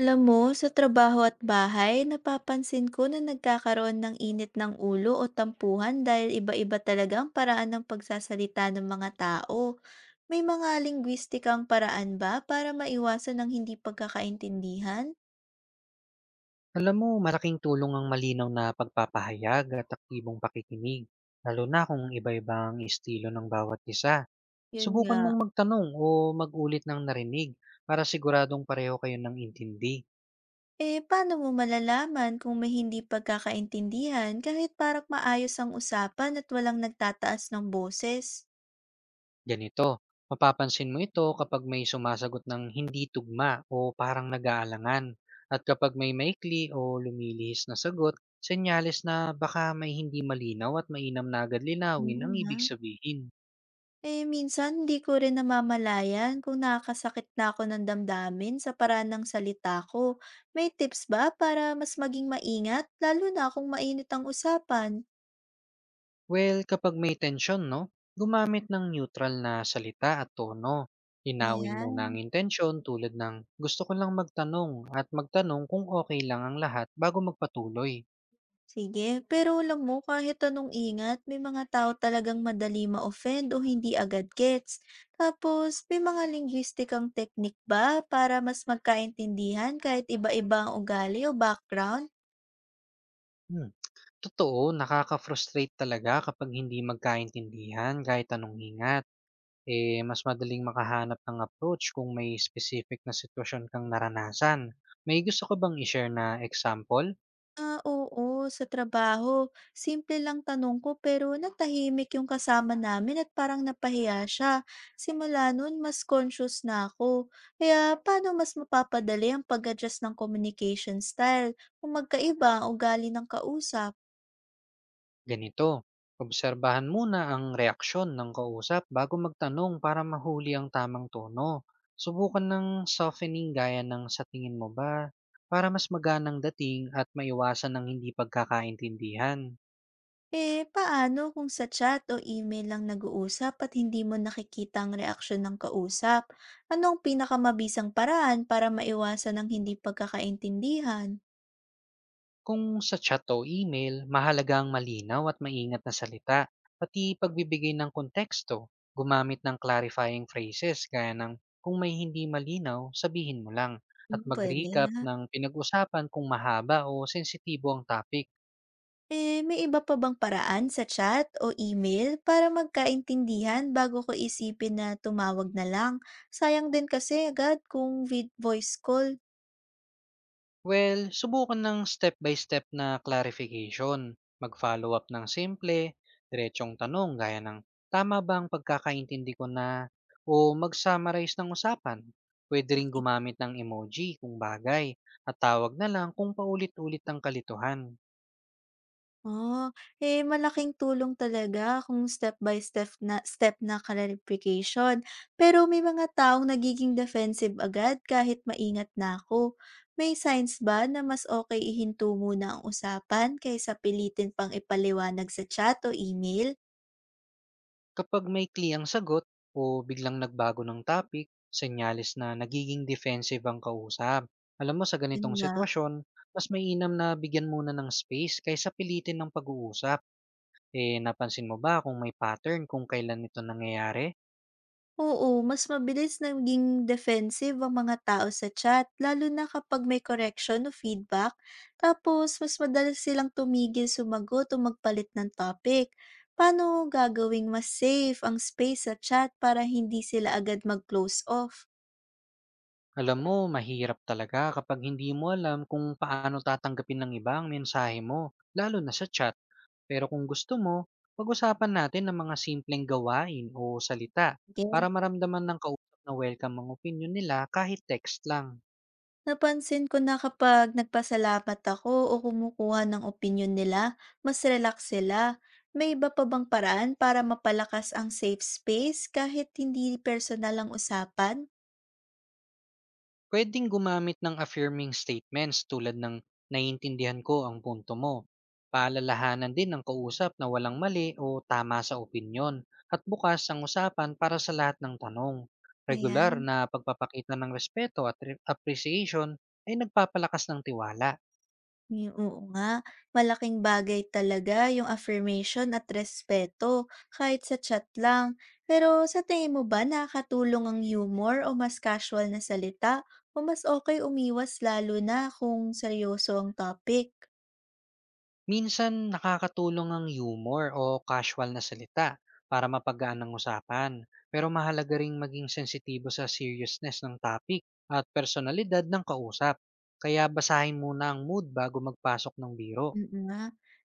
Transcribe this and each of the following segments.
Alam mo, sa trabaho at bahay, napapansin ko na nagkakaroon ng init ng ulo o tampuhan dahil iba-iba talaga ang paraan ng pagsasalita ng mga tao. May mga linguistikang paraan ba para maiwasan ng hindi pagkakaintindihan? Alam mo, malaking tulong ang malinaw na pagpapahayag at aktibong pakikinig, lalo na kung iba-iba estilo ng bawat isa. Yun nga. Subukan mong magtanong o magulit ng narinig para siguradong pareho kayo ng intindi. Eh, paano mo malalaman kung may hindi pagkakaintindihan kahit parang maayos ang usapan at walang nagtataas ng boses? Ganito, mapapansin mo ito kapag may sumasagot ng hindi tugma o parang nag-aalangan. At kapag may maikli o lumilihis na sagot, senyales na baka may hindi malinaw at mainam na agad linawin Ano ang nga? ibig sabihin. Eh, minsan hindi ko rin namamalayan kung nakakasakit na ako ng damdamin sa paraan ng salita ko. May tips ba para mas maging maingat, lalo na kung mainit ang usapan? Well, kapag may tensyon, no? Gumamit ng neutral na salita at tono. Linawin muna ang Ayan, intensyon tulad ng gusto ko lang magtanong at magtanong kung okay lang ang lahat bago magpatuloy. sige. Pero alam mo, kahit anong ingat, may mga tao talagang madali ma-offend o hindi agad gets. Tapos, may mga linguistikang technique ba para mas magkaintindihan kahit iba-iba ang ugali o background? Hmm. Totoo, nakaka-frustrate talaga kapag hindi magkaintindihan kahit anong hingat. Eh, mas madaling makahanap ng approach kung may specific na sitwasyon kang naranasan. May gusto ka bang i-share na example? Ah, oo, sa trabaho. Simple lang tanong ko pero natahimik yung kasama namin at parang napahiya siya. Simula noon, mas conscious na ako. Kaya paano mas mapapadali ang pag-adjust ng communication style kung magkaiba ang ugali ng kausap? Ganito, obserbahan muna ang reaksyon ng kausap bago magtanong para mahuli ang tamang tono. Subukan ng softening gaya ng sa tingin mo ba para mas maganang dating at maiwasan ng hindi pagkakaintindihan. Eh, paano kung sa chat o email lang nag-uusap at hindi mo nakikita ang reaksyon ng kausap? Anong pinakamabisang paraan para maiwasan ang hindi pagkakaintindihan? Kung sa chat o email, mahalagang malinaw at maingat na salita, pati pagbibigay ng konteksto, gumamit ng clarifying phrases gaya ng kung may hindi malinaw, sabihin mo lang, at Hmm, pwede. mag-recap ng pinag-usapan kung mahaba o sensitibo ang topic. Eh, may iba pa bang paraan sa chat o email para magkaintindihan bago ko isipin na tumawag na lang? Sayang din kasi agad kung vid voice call. Well, subukan ng step-by-step na clarification. Mag-follow up ng simple, diretsong tanong gaya ng tama ba ang pagkakaintindi ko na o mag-summarize ng usapan. Pwede rin Kasi- gumamit ng emoji kung bagay at tawag na lang kung paulit-ulit ang kalituhan. Oh, eh malaking tulong talaga kung step by step na clarification. Pero may mga taong nagiging defensive agad kahit maingat na ako. May signs ba na mas okay ihinto muna ang usapan kaysa pilitin pang ipaliwanag sa chat o email? Kapag may kliyang sagot o biglang nagbago ng topic, senyales na nagiging defensive ang kausap. Alam mo sa Yun ganitong nga. sitwasyon, mas mainam na bigyan muna ng space kaysa pilitin ng pag-uusap. Eh, napansin mo ba kung may pattern kung kailan ito nangyayari? Oo, mas mabilis naging defensive ang mga tao sa chat, lalo na kapag may correction o feedback. Tapos, mas madalas silang tumigil sumagot o magpalit ng topic. Paano gagawing mas safe ang space sa chat para hindi sila agad mag-close off? Alam mo, mahirap talaga kapag hindi mo alam kung paano tatanggapin ng iba ang mensahe mo, lalo na sa chat. Pero kung gusto mo, pag-usapan natin ang mga simpleng gawain o salita para Okay. maramdaman ng kausap na welcome ang opinion nila kahit text lang. Napansin ko na kapag nagpasalamat ako o kumukuha ng opinion nila, mas relax sila. May iba pa bang paraan para mapalakas ang safe space kahit hindi personal ang usapan? Puwedeng gumamit ng affirming statements tulad ng, "Naiintindihan ko ang punto mo." Paalalahanan din ng kausap na walang mali o tama sa opinyon at bukas ang usapan para sa lahat ng tanong. Regular Ayan, na pagpapakita ng respeto at appreciation ay nagpapalakas ng tiwala. hmm, oo nga. Malaking bagay talaga yung affirmation at respeto kahit sa chat lang. Pero sa tingin mo ba nakakatulong ang humor o mas casual na salita o mas okay umiwas lalo na kung seryoso ang topic? Minsan nakakatulong ang humor o casual na salita para mapagaan ang usapan, pero mahalaga ring maging sensitibo sa seriousness ng topic at personalidad ng kausap. Kaya basahin muna ang mood bago magpasok ng biro. Mm nga.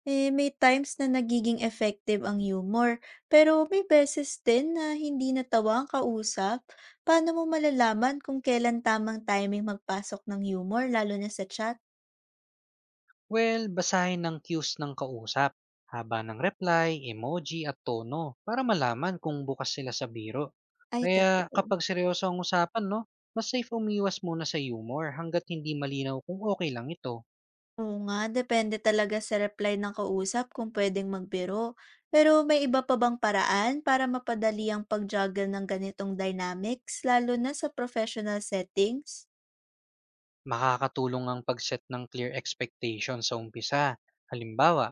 Eh, may times na nagiging effective ang humor, pero may beses din na hindi natawa ang kausap. Paano mo malalaman kung kailan tamang timing magpasok ng humor lalo na sa chat? Well, basahin ang cues ng kausap, haba ng reply, emoji at tono para malaman kung bukas sila sa biro. Ay Kaya totoo. kapag seryoso ang usapan, no, mas safe umiwas muna sa humor hanggat hindi malinaw kung okay lang ito. Oo nga, depende talaga sa reply ng kausap kung puwedeng magbiro. Pero may iba pa bang paraan para mapadali ang pag-juggle ng ganitong dynamics lalo na sa professional settings? Makakatulong ang pag-set ng clear expectations sa umpisa. Halimbawa,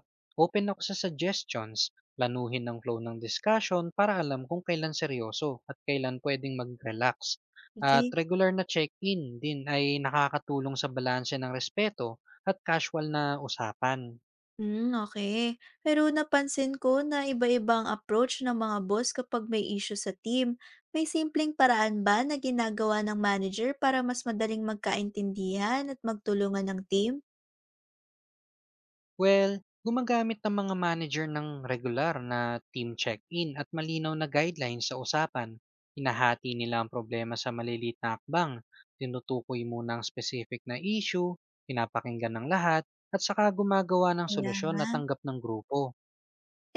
open ako sa suggestions, lanuhin ang flow ng discussion para alam kung kailan seryoso at kailan pwedeng mag-relax. At Sige. regular na check-in din ay nakakatulong sa balanse ng respeto at casual na usapan. Hmm, okay. Pero napansin ko na iba ibang approach ng mga boss kapag may issue sa team. May simpleng paraan ba na ginagawa ng manager para mas madaling magkaintindihan at magtulungan ng team? Well, gumagamit ng mga manager ng regular na team check-in at malinaw na guidelines sa usapan. Hinahati nila ang problema sa maliliit na akbang, tinutukoy muna ang specific na issue, pinapakinggan ng lahat, at saka gumagawa ng Kaya solusyon nga. na tanggap ng grupo.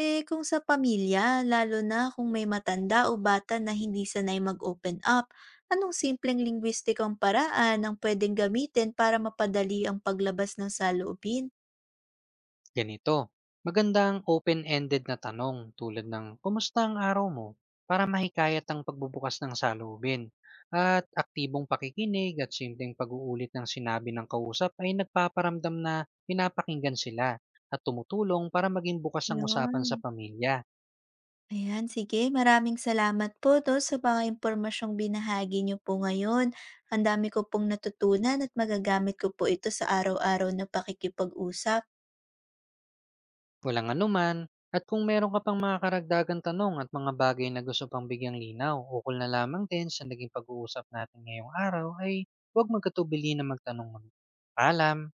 Eh, kung sa pamilya, lalo na kung may matanda o bata na hindi sanay mag-open up, anong simpleng lingwistikang paraan ang pwedeng gamitin para mapadali ang paglabas ng saloobin? Ganito, magandang open-ended na tanong tulad ng kumusta ang araw mo para mahikayat ang pagbubukas ng salubin. At aktibong pakikinig at simpleng pag-uulit ng sinabi ng kausap ay nagpaparamdam na pinapakinggan sila at tumutulong para maging bukas ang usapan sa Ayun. pamilya. Ayan, sige. Maraming salamat po to sa mga impormasyong binahagi niyo po ngayon. Ang dami ko pong natutunan at magagamit ko po ito sa araw-araw na pakikipag-usap. Walang anuman, at kung meron ka pang mga karagdagan tanong at mga bagay na gusto pang bigyang linaw, ukol na lamang din sa naging pag-uusap natin ngayong araw ay huwag magkatubili na magtanong muli. Paalam!